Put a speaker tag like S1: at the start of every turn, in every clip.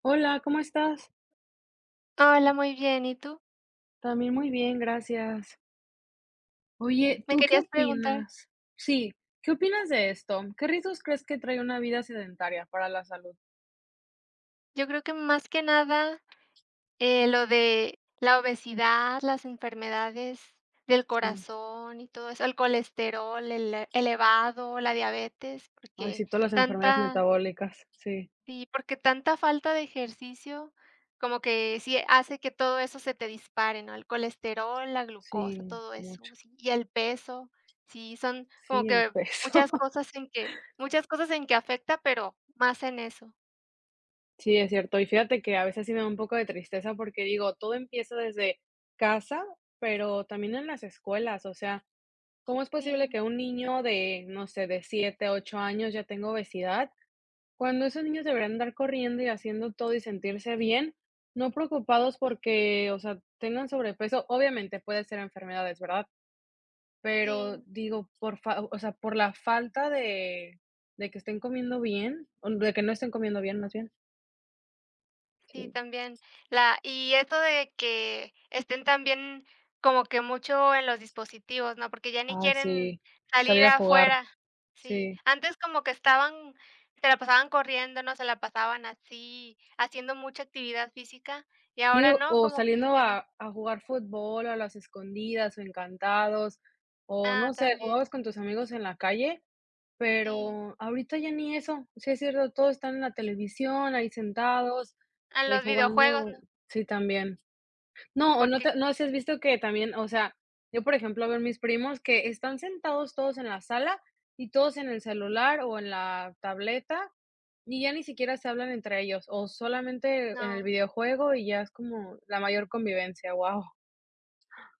S1: Hola, ¿cómo estás?
S2: Hola, muy bien. ¿Y tú?
S1: También muy bien, gracias. Oye,
S2: Me
S1: ¿tú qué
S2: querías preguntar,
S1: opinas? Sí, ¿qué opinas de esto? ¿Qué riesgos crees que trae una vida sedentaria para la salud?
S2: yo creo que más que nada, lo de la obesidad, las enfermedades del
S1: Sí.
S2: corazón y todo eso, el colesterol elevado, la diabetes,
S1: Ay, sí,
S2: porque
S1: todas las enfermedades
S2: tanta
S1: metabólicas. Sí,
S2: sí, porque tanta falta de ejercicio como que sí hace que todo eso se te dispare, ¿no? El colesterol, la glucosa,
S1: sí,
S2: todo eso,
S1: mucho.
S2: sí, y el peso, sí, son como
S1: Sí, el
S2: que
S1: peso.
S2: muchas cosas en que afecta, pero más en eso.
S1: Sí, es cierto. Y fíjate que a veces sí me da un poco de tristeza porque digo, todo empieza desde casa, pero también en las escuelas. O sea, ¿cómo es posible
S2: Sí,
S1: que un niño de, no sé, de 7, 8 años ya tenga obesidad? Cuando esos niños deberían andar corriendo y haciendo todo y sentirse bien, no preocupados porque, o sea, tengan sobrepeso, obviamente puede ser enfermedades, ¿verdad? Pero
S2: sí,
S1: digo, por fa o sea, por la falta de que estén comiendo bien, o de que no estén comiendo bien, más bien.
S2: sí,
S1: Sí.
S2: también. La y eso de que estén también como que mucho en los dispositivos, ¿no? Porque ya ni
S1: Ah,
S2: quieren
S1: sí,
S2: salir
S1: salir a jugar,
S2: afuera. Sí,
S1: sí.
S2: antes como que estaban se la pasaban corriendo, ¿no? Se la pasaban así, haciendo mucha actividad física, y
S1: Sí,
S2: ahora no,
S1: o
S2: como que
S1: saliendo
S2: ya no.
S1: a jugar fútbol, a las escondidas, o encantados, o no
S2: Ah,
S1: sé, jugabas
S2: también,
S1: con tus amigos en la calle,
S2: sí.
S1: pero ahorita ya ni eso. Sí, es cierto, todos están en la televisión, ahí sentados,
S2: A los videojuegos,
S1: jugando.
S2: ¿no?
S1: Sí, también. No, o no te
S2: Porque
S1: no sé si has visto que también, o sea, yo, por ejemplo, veo a mis primos que están sentados todos en la sala y todos en el celular o en la tableta, y ya ni siquiera se hablan entre ellos, o solamente en el
S2: no,
S1: videojuego y ya es como la mayor convivencia, wow.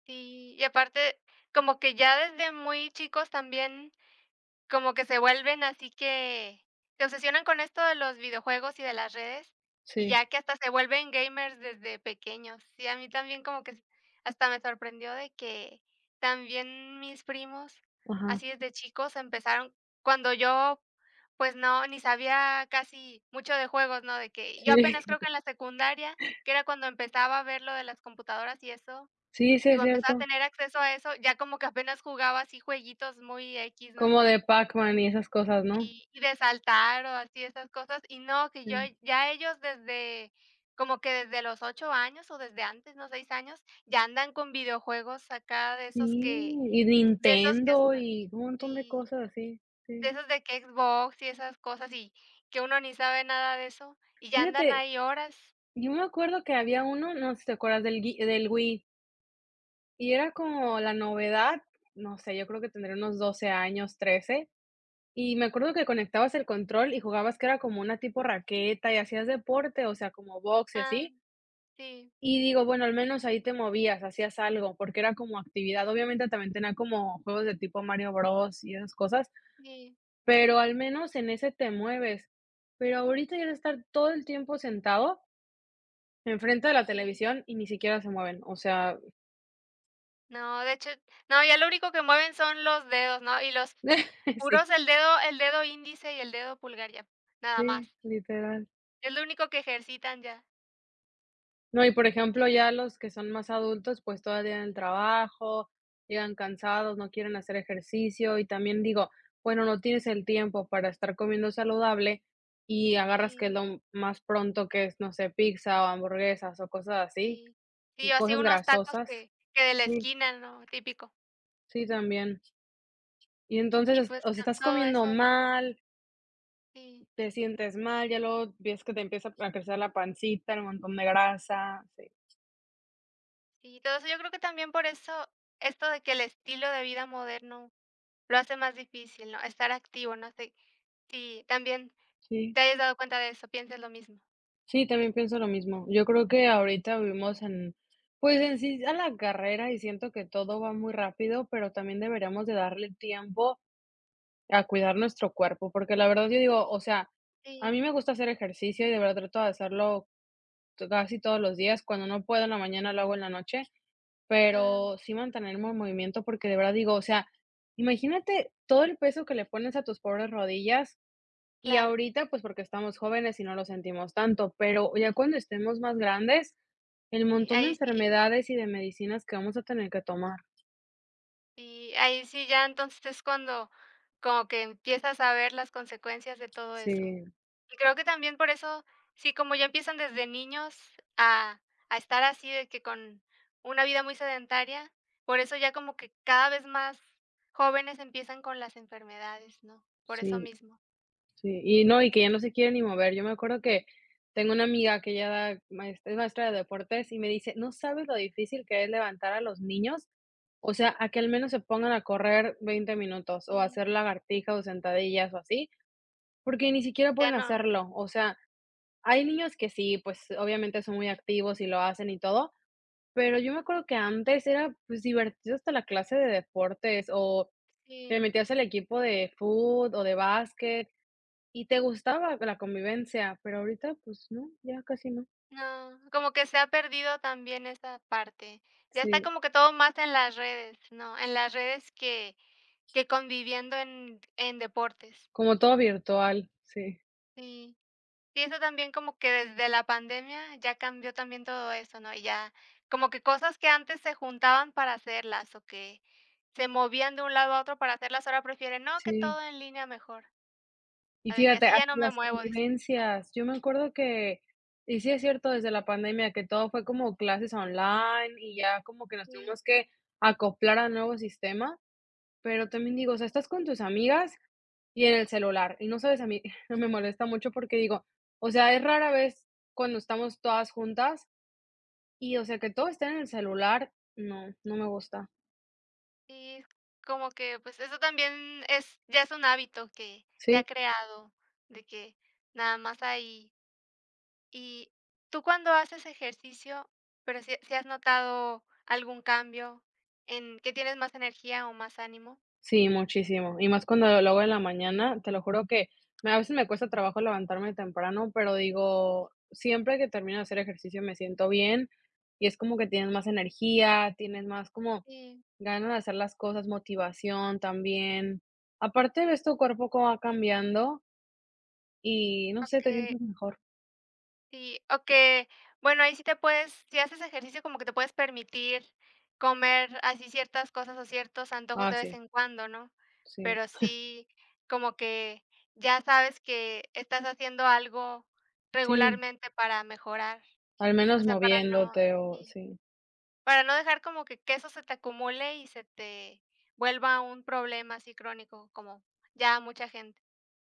S2: sí. Y aparte, como que ya desde muy chicos también como que se vuelven así que se obsesionan con esto de los videojuegos y de las redes, y
S1: Sí,
S2: ya que hasta se vuelven gamers desde pequeños. Sí, a mí también como que hasta me sorprendió de que también mis primos,
S1: ajá,
S2: así desde chicos, empezaron cuando yo, pues no, ni sabía casi mucho de juegos, ¿no? De que yo
S1: sí,
S2: apenas creo que en la secundaria, que era cuando empezaba a ver lo de las computadoras y eso,
S1: sí, sí es
S2: digo, empezaba a
S1: cierto,
S2: tener acceso a eso, ya como que apenas jugaba así jueguitos muy x, ¿no?
S1: como de Pac-Man y esas cosas, ¿no?
S2: Sí, y de saltar o así esas cosas, y no, que yo
S1: Sí,
S2: ya ellos desde como que desde los 8 años o desde antes, ¿no? 6 años, ya andan con videojuegos acá
S1: sí, y
S2: de esos que
S1: Nintendo
S2: hasta
S1: y un montón de
S2: sí,
S1: cosas así,
S2: de
S1: sí.
S2: esos de que Xbox y esas cosas, y que uno ni sabe nada de eso, y ya andan
S1: Fíjate,
S2: ahí horas.
S1: yo me acuerdo que había uno, no sé si te acuerdas del gui del Wii, y era como la novedad, no sé, yo creo que tendría unos 12 años, 13, y me acuerdo que conectabas el control y jugabas que era como una tipo raqueta y hacías deporte, o sea, como box y
S2: Ah,
S1: así,
S2: sí,
S1: y digo, bueno, al menos ahí te movías, hacías algo, porque era como actividad. Obviamente también tenía como juegos de tipo Mario Bros y esas cosas,
S2: sí,
S1: pero al menos en ese te mueves. Pero ahorita ya de estar todo el tiempo sentado enfrente de la
S2: sí.
S1: televisión y ni siquiera se mueven, o sea,
S2: No, de hecho, no, ya lo único que mueven son los dedos, ¿no? Y los
S1: sí,
S2: puros el dedo índice y el dedo pulgar ya, nada
S1: sí,
S2: más.
S1: literal.
S2: Es lo único que ejercitan ya,
S1: No, y por
S2: porque
S1: ejemplo,
S2: no
S1: ya los que son más adultos, pues, todavía en el trabajo, llegan cansados, no quieren hacer ejercicio, y también digo, bueno, no tienes el tiempo para estar comiendo saludable y agarras que es
S2: sí,
S1: lo más pronto que es, no sé, pizza o hamburguesas o cosas así,
S2: sí.
S1: y
S2: Sí, o así
S1: cosas
S2: unos tacos
S1: grasosas.
S2: que de la
S1: Sí,
S2: esquina, ¿no? Típico.
S1: sí, también. Y entonces,
S2: Y pues
S1: o sea,
S2: to
S1: estás
S2: todo
S1: comiendo
S2: eso,
S1: mal,
S2: sí,
S1: te sientes mal, ya luego ves que te empieza a crecer la pancita, el montón de grasa. Sí,
S2: sí, todo eso. Yo creo que también por eso, esto de que el estilo de vida moderno lo hace más difícil, ¿no? Estar activo, no sé si también
S1: sí.
S2: te hayas dado cuenta de eso, piensas lo mismo.
S1: Sí, también pienso lo mismo. Yo creo que ahorita vivimos en, pues, en sí a la carrera y siento que todo va muy rápido, pero también deberíamos de darle tiempo a cuidar nuestro cuerpo, porque la verdad yo digo, o sea, a mí
S2: Sí,
S1: me gusta hacer ejercicio y de verdad trato de hacerlo casi todos los días. Cuando no puedo en la mañana lo hago en la noche,
S2: ah,
S1: pero sí mantenerme en movimiento porque de verdad digo, o sea, imagínate todo el peso que le pones a tus pobres rodillas y
S2: claro.
S1: ahorita, pues, porque estamos jóvenes y no lo sentimos tanto, pero ya cuando estemos más grandes, el
S2: Y
S1: montón de
S2: ahí sí
S1: enfermedades y de medicinas que vamos a tener que tomar.
S2: y ahí sí ya entonces es cuando como que empiezas a ver las consecuencias de todo eso.
S1: Sí,
S2: Y creo que también por eso, sí, como ya empiezan desde niños a a estar así de que con una vida muy sedentaria, por eso ya como que cada vez más jóvenes empiezan con las enfermedades, ¿no? Por eso
S1: sí,
S2: mismo.
S1: sí. Y no, y que ya no se quiere ni mover. Yo me acuerdo que tengo una amiga que ella da maes es maestra de deportes y me dice: "No sabes lo difícil que es levantar a los niños, o sea, a que al menos se pongan a correr 20 minutos, o a
S2: Sí,
S1: hacer lagartijas, o sentadillas, o así, porque ni siquiera
S2: ya
S1: pueden
S2: no,
S1: hacerlo". O sea, hay niños que sí, pues, obviamente son muy activos y lo hacen y todo, pero yo me acuerdo que antes era, pues, divertido hasta la clase de deportes, o te
S2: sí,
S1: metías al equipo de fútbol o de básquet, y te gustaba la convivencia, pero ahorita, pues no, ya casi no.
S2: no, como que se ha perdido también esa parte. Ya está
S1: Sí,
S2: como que todo más en las redes, ¿no? En las redes que conviviendo en deportes.
S1: como todo virtual, sí,
S2: Sí. Sí, eso también como que desde la pandemia ya cambió también todo eso, ¿no? Y ya como que cosas que antes se juntaban para hacerlas o que se movían de un lado a otro para hacerlas, ahora prefieren, no, que
S1: sí.
S2: todo en línea mejor,
S1: Y
S2: a de que
S1: fíjate,
S2: así ya
S1: hasta
S2: no me
S1: las
S2: muevo, dice.
S1: convivencias, yo me acuerdo que y sí es cierto, desde la pandemia que todo fue como clases online y ya como que nos
S2: Sí,
S1: tuvimos que acoplar a nuevos sistemas. Pero también digo, o sea, estás con tus amigas y en el celular, y no sabes, a mí me molesta mucho porque digo, o sea, es rara vez cuando estamos todas juntas y, o sea, que
S2: sí,
S1: todo esté en el celular, no, no me gusta.
S2: sí, es como que pues eso también es, ya es un hábito que se
S1: Sí,
S2: ha creado, de que nada más ahí. Y tú cuando haces ejercicio, pero si has notado algún cambio en que tienes más energía o más ánimo.
S1: sí, muchísimo. Y más cuando lo hago en la mañana, te lo juro que a veces me cuesta trabajo levantarme temprano, pero digo, siempre que termino de hacer ejercicio me siento bien y es como que tienes más energía, tienes más como
S2: Sí.
S1: ganas de hacer las cosas, motivación también. Aparte ves tu cuerpo cómo va cambiando y no
S2: O
S1: sé, te
S2: que
S1: sientes mejor.
S2: sí, o que, bueno, ahí sí te puedes, si haces ejercicio, como que te puedes permitir comer así ciertas cosas o ciertos antojos
S1: Ah,
S2: de vez
S1: sí,
S2: en cuando, ¿no?
S1: sí,
S2: Pero sí, como que ya sabes que estás haciendo algo
S1: sí,
S2: regularmente para mejorar,
S1: al
S2: o
S1: menos
S2: sea, para no
S1: moviéndote o
S2: sí.
S1: sí,
S2: Para no dejar como que eso se te acumule y se te vuelva un problema así crónico, como ya mucha gente.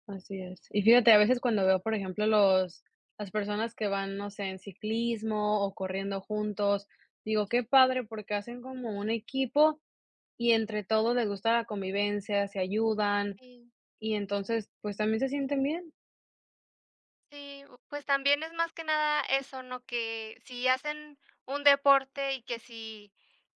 S1: así es. Y fíjate, a veces cuando veo, por ejemplo, los las personas que van, no sé, en ciclismo o corriendo juntos, digo, qué padre porque hacen como un equipo y entre todos les gusta la convivencia, se ayudan
S2: Sí,
S1: y entonces, pues, también se sienten bien.
S2: sí, pues también es más que nada eso, ¿no? Que si hacen un deporte y que si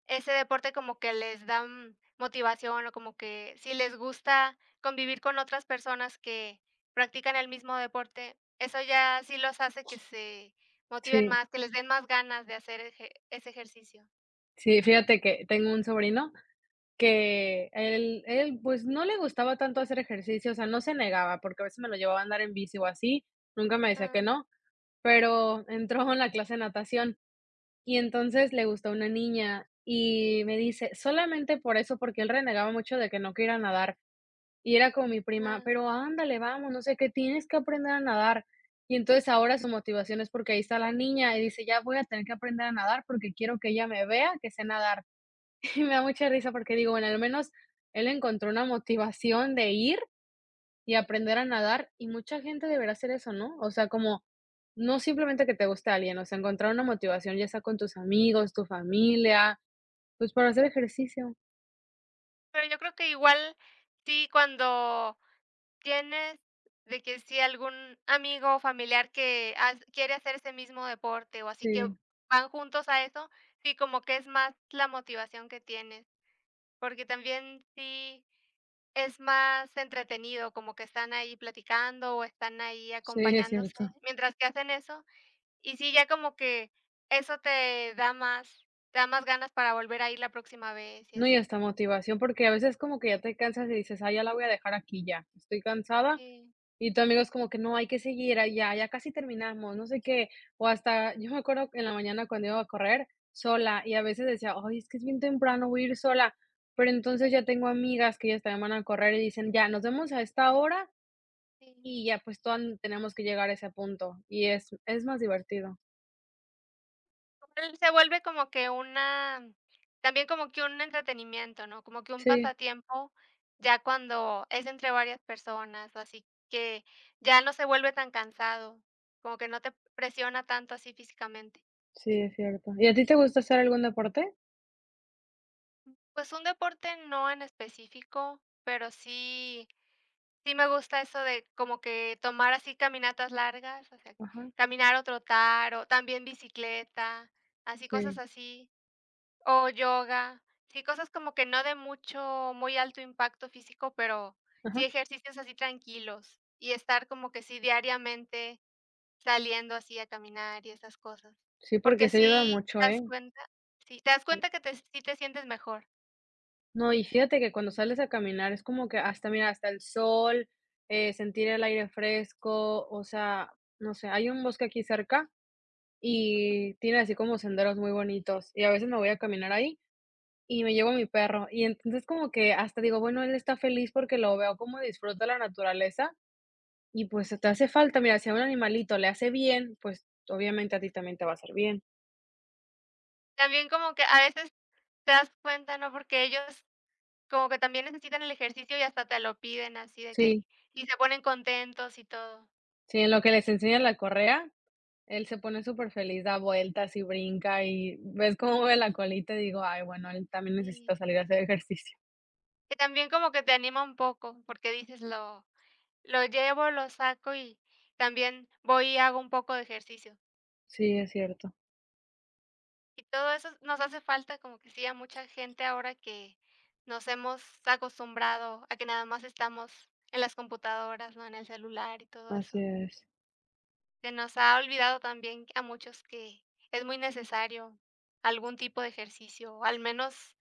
S2: ese deporte como que les da, motivación o como que si les gusta convivir con otras personas que practican el mismo deporte, eso ya sí los hace que se motiven
S1: Sí,
S2: más, que les den más ganas de hacer eje ese ejercicio.
S1: sí, fíjate que tengo un sobrino que él, pues, no le gustaba tanto hacer ejercicio, o sea, no se negaba, porque a veces me lo llevaba a andar en bici o así, nunca me decía que
S2: Ah,
S1: no, pero entró en la clase de natación, y entonces le gustó una niña, y me dice, solamente por eso, porque él renegaba mucho de que no quería nadar, y era con mi prima,
S2: ah.
S1: pero ándale, vamos, no sé qué, tienes que aprender a nadar. Y entonces ahora su motivación es porque ahí está la niña, y dice: "Ya voy a tener que aprender a nadar porque quiero que ella me vea que sé nadar". Y me da mucha risa porque digo, bueno, al menos él encontró una motivación de ir y aprender a nadar, y mucha gente deberá hacer eso, ¿no? O sea, como no simplemente que te guste a alguien, o sea, encontrar una motivación, ya sea con tus amigos, tu familia, pues para hacer ejercicio.
S2: Pero yo creo que igual sí, cuando tienes de que si algún amigo o familiar que has quiere hacer ese mismo deporte o así que
S1: Sí,
S2: van juntos a eso, sí, como que es más la motivación que tienes, porque también sí es más entretenido, como que están ahí platicando o están ahí
S1: sí, es
S2: acompañándose
S1: cierto.
S2: mientras que hacen eso, y sí, ya como que eso te da más ganas para volver a ir la próxima vez y
S1: No, y
S2: así.
S1: hasta motivación, porque a veces como que ya te cansas y dices, ah, ya la voy a dejar aquí ya, estoy cansada,
S2: Sí,
S1: y tu amigo es como que: "No, hay que seguir, ah, ya casi terminamos", no sé qué. O hasta yo me acuerdo en la mañana cuando iba a correr sola, y a veces decía: "Ay, es que es bien temprano, voy a ir sola". Pero entonces ya tengo amigas que ellas también van a correr y dicen: "Ya, nos vemos a esta hora",
S2: sí.
S1: y ya, pues, todas tenemos que llegar a ese punto, y es más divertido.
S2: Él se vuelve como que una también como que un entretenimiento, ¿no? Como que un
S1: Sí,
S2: pasatiempo, ya cuando es entre varias personas, así que ya no se vuelve tan cansado, como que no te presiona tanto así físicamente.
S1: sí, es cierto. ¿Y a ti te gusta hacer algún deporte?
S2: Pues un deporte no en específico, pero sí me gusta eso de como que tomar así caminatas largas, o sea,
S1: Ajá,
S2: caminar o trotar, o también bicicleta, así cosas
S1: sí,
S2: así. O yoga, sí, cosas como que no de mucho, muy alto impacto físico, pero sí
S1: ajá.
S2: ejercicios así tranquilos y estar como que sí diariamente saliendo así a caminar y esas cosas,
S1: Sí, porque
S2: porque
S1: se ayuda mucho, ¿eh?
S2: sí, te das cuenta que te sí te sientes mejor.
S1: No, y fíjate que cuando sales a caminar es como que hasta, mira, hasta el sol, sentir el aire fresco, o sea, no sé, hay un bosque aquí cerca
S2: Ujú.
S1: y tiene así como senderos muy bonitos y a veces me voy a caminar ahí y me llevo a mi perro y entonces como que hasta digo, bueno, él está feliz porque lo veo cómo disfruta la naturaleza y pues te hace falta, mira, si a un animalito le hace bien, pues obviamente a ti también te va a hacer bien.
S2: También como que a veces te das cuenta, ¿no? Porque ellos como que también necesitan el ejercicio y hasta te lo piden así de que
S1: Sí,
S2: y se ponen contentos y todo.
S1: sí, en lo que les enseñan la correa, él se pone súper feliz, da vueltas y brinca, y ves cómo mueve la colita, y digo: "Ay, bueno, él también
S2: Sí,
S1: necesita salir a hacer ejercicio".
S2: que también como que te anima un poco porque dices lo llevo, lo saco y también voy y hago un poco de ejercicio.
S1: Sí, es cierto,
S2: Y todo eso nos hace falta, como que sí, a mucha gente ahora que nos hemos acostumbrado a que nada más estamos en las computadoras, ¿no? En el celular y todo
S1: así
S2: eso.
S1: es.
S2: Se nos ha olvidado también a muchos que es muy necesario algún tipo de ejercicio, o al menos,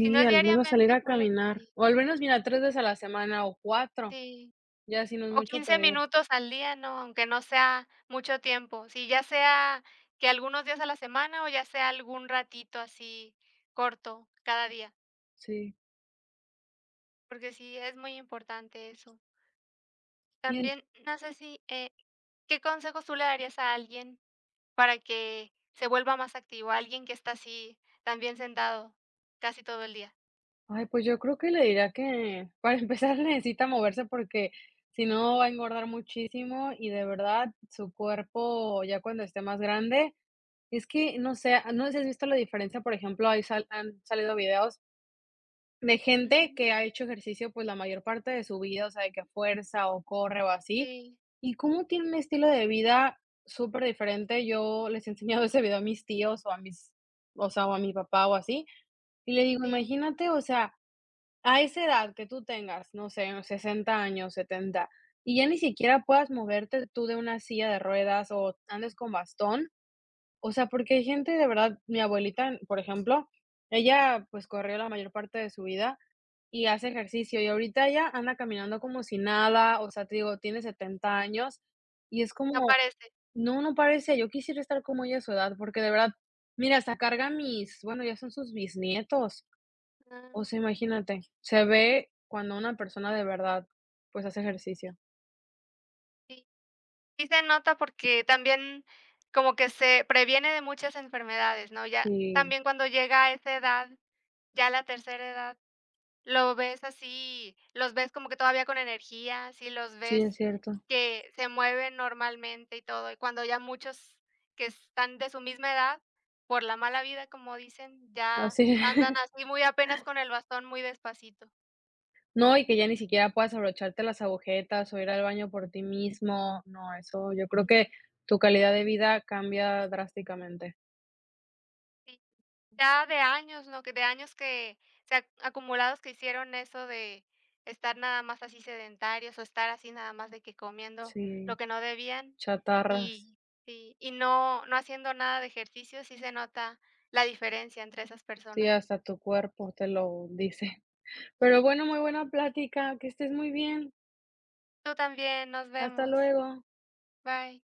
S2: si no es
S1: al menos salir
S2: diariamente,
S1: a
S2: ponle que
S1: caminar,
S2: sí.
S1: o al menos, mira, 3 veces a la semana o 4,
S2: Sí.
S1: ya si no es
S2: O
S1: mucho
S2: 15
S1: pedir.
S2: minutos al día, ¿no? Aunque no sea mucho tiempo. Sí, ya sea que algunos días a la semana o ya sea algún ratito así corto cada día,
S1: Sí.
S2: porque sí es muy importante eso.
S1: Y en
S2: También, no sé si, ¿qué consejos tú le darías a alguien para que se vuelva más activo? Alguien que está así también sentado casi todo el día.
S1: ay, pues yo creo que le diría que, para empezar, necesita moverse porque si no va a engordar muchísimo y de verdad su cuerpo, ya cuando esté más grande, es que, no sé, ah, no sé si has visto la diferencia, por ejemplo, ahí sal han salido videos de gente
S2: Ujú.
S1: que ha hecho ejercicio, pues, la mayor parte de su vida, o sea, de que fuerza o corre o así,
S2: Sí,
S1: y cómo tiene un estilo de vida súper diferente. Yo les he enseñado ese video a mis tíos o a mis o sea, o a mi papá o así, y le digo:
S2: sí,
S1: "Imagínate, o sea, a esa edad que tú tengas, no sé, 60 años, 70, y ya ni siquiera puedas moverte tú de una silla de ruedas o andes con bastón, o sea, porque hay gente de verdad, mi abuelita, por ejemplo, ella, pues, corrió la mayor parte de su vida y hace ejercicio, y ahorita ella anda caminando como si nada, o sea, te digo, tiene 70 años, y es
S2: no
S1: como,
S2: parece.
S1: no, no parece, yo quisiera estar como ella a su edad, porque de verdad, mira, hasta carga mis, bueno, ya son sus bisnietos,
S2: Ah,
S1: o sea, imagínate, se ve cuando una persona de verdad, pues, hace ejercicio.
S2: sí. Sí se nota porque también como que se previene de muchas enfermedades, ¿no? Ya
S1: Sí,
S2: también cuando llega a esa edad, ya la tercera edad, lo ves así, los ves como que todavía con energía, sí los
S1: sí,
S2: ves
S1: es cierto,
S2: que se mueven normalmente y todo, y cuando ya muchos que están de su misma edad, por la mala vida, como dicen, ya
S1: así
S2: andan
S1: es.
S2: así muy apenas con el bastón muy despacito.
S1: No, y que ya ni siquiera puedas abrocharte las agujetas o ir al baño por ti mismo. No, eso yo creo que tu calidad de vida cambia drásticamente.
S2: Sí, ya de años, ¿no? Que de años que se ac acumulados que hicieron eso de estar nada más así sedentarios, o estar así nada más de que comiendo
S1: Sí,
S2: lo que no debían,
S1: chatarras.
S2: y sí, y no haciendo nada de ejercicio, sí se nota la diferencia entre esas
S1: Sí,
S2: personas.
S1: hasta tu cuerpo te lo dice. Pero bueno, muy buena plática, que estés muy bien.
S2: Tú también, nos
S1: Hasta
S2: vemos.
S1: luego.
S2: Bye.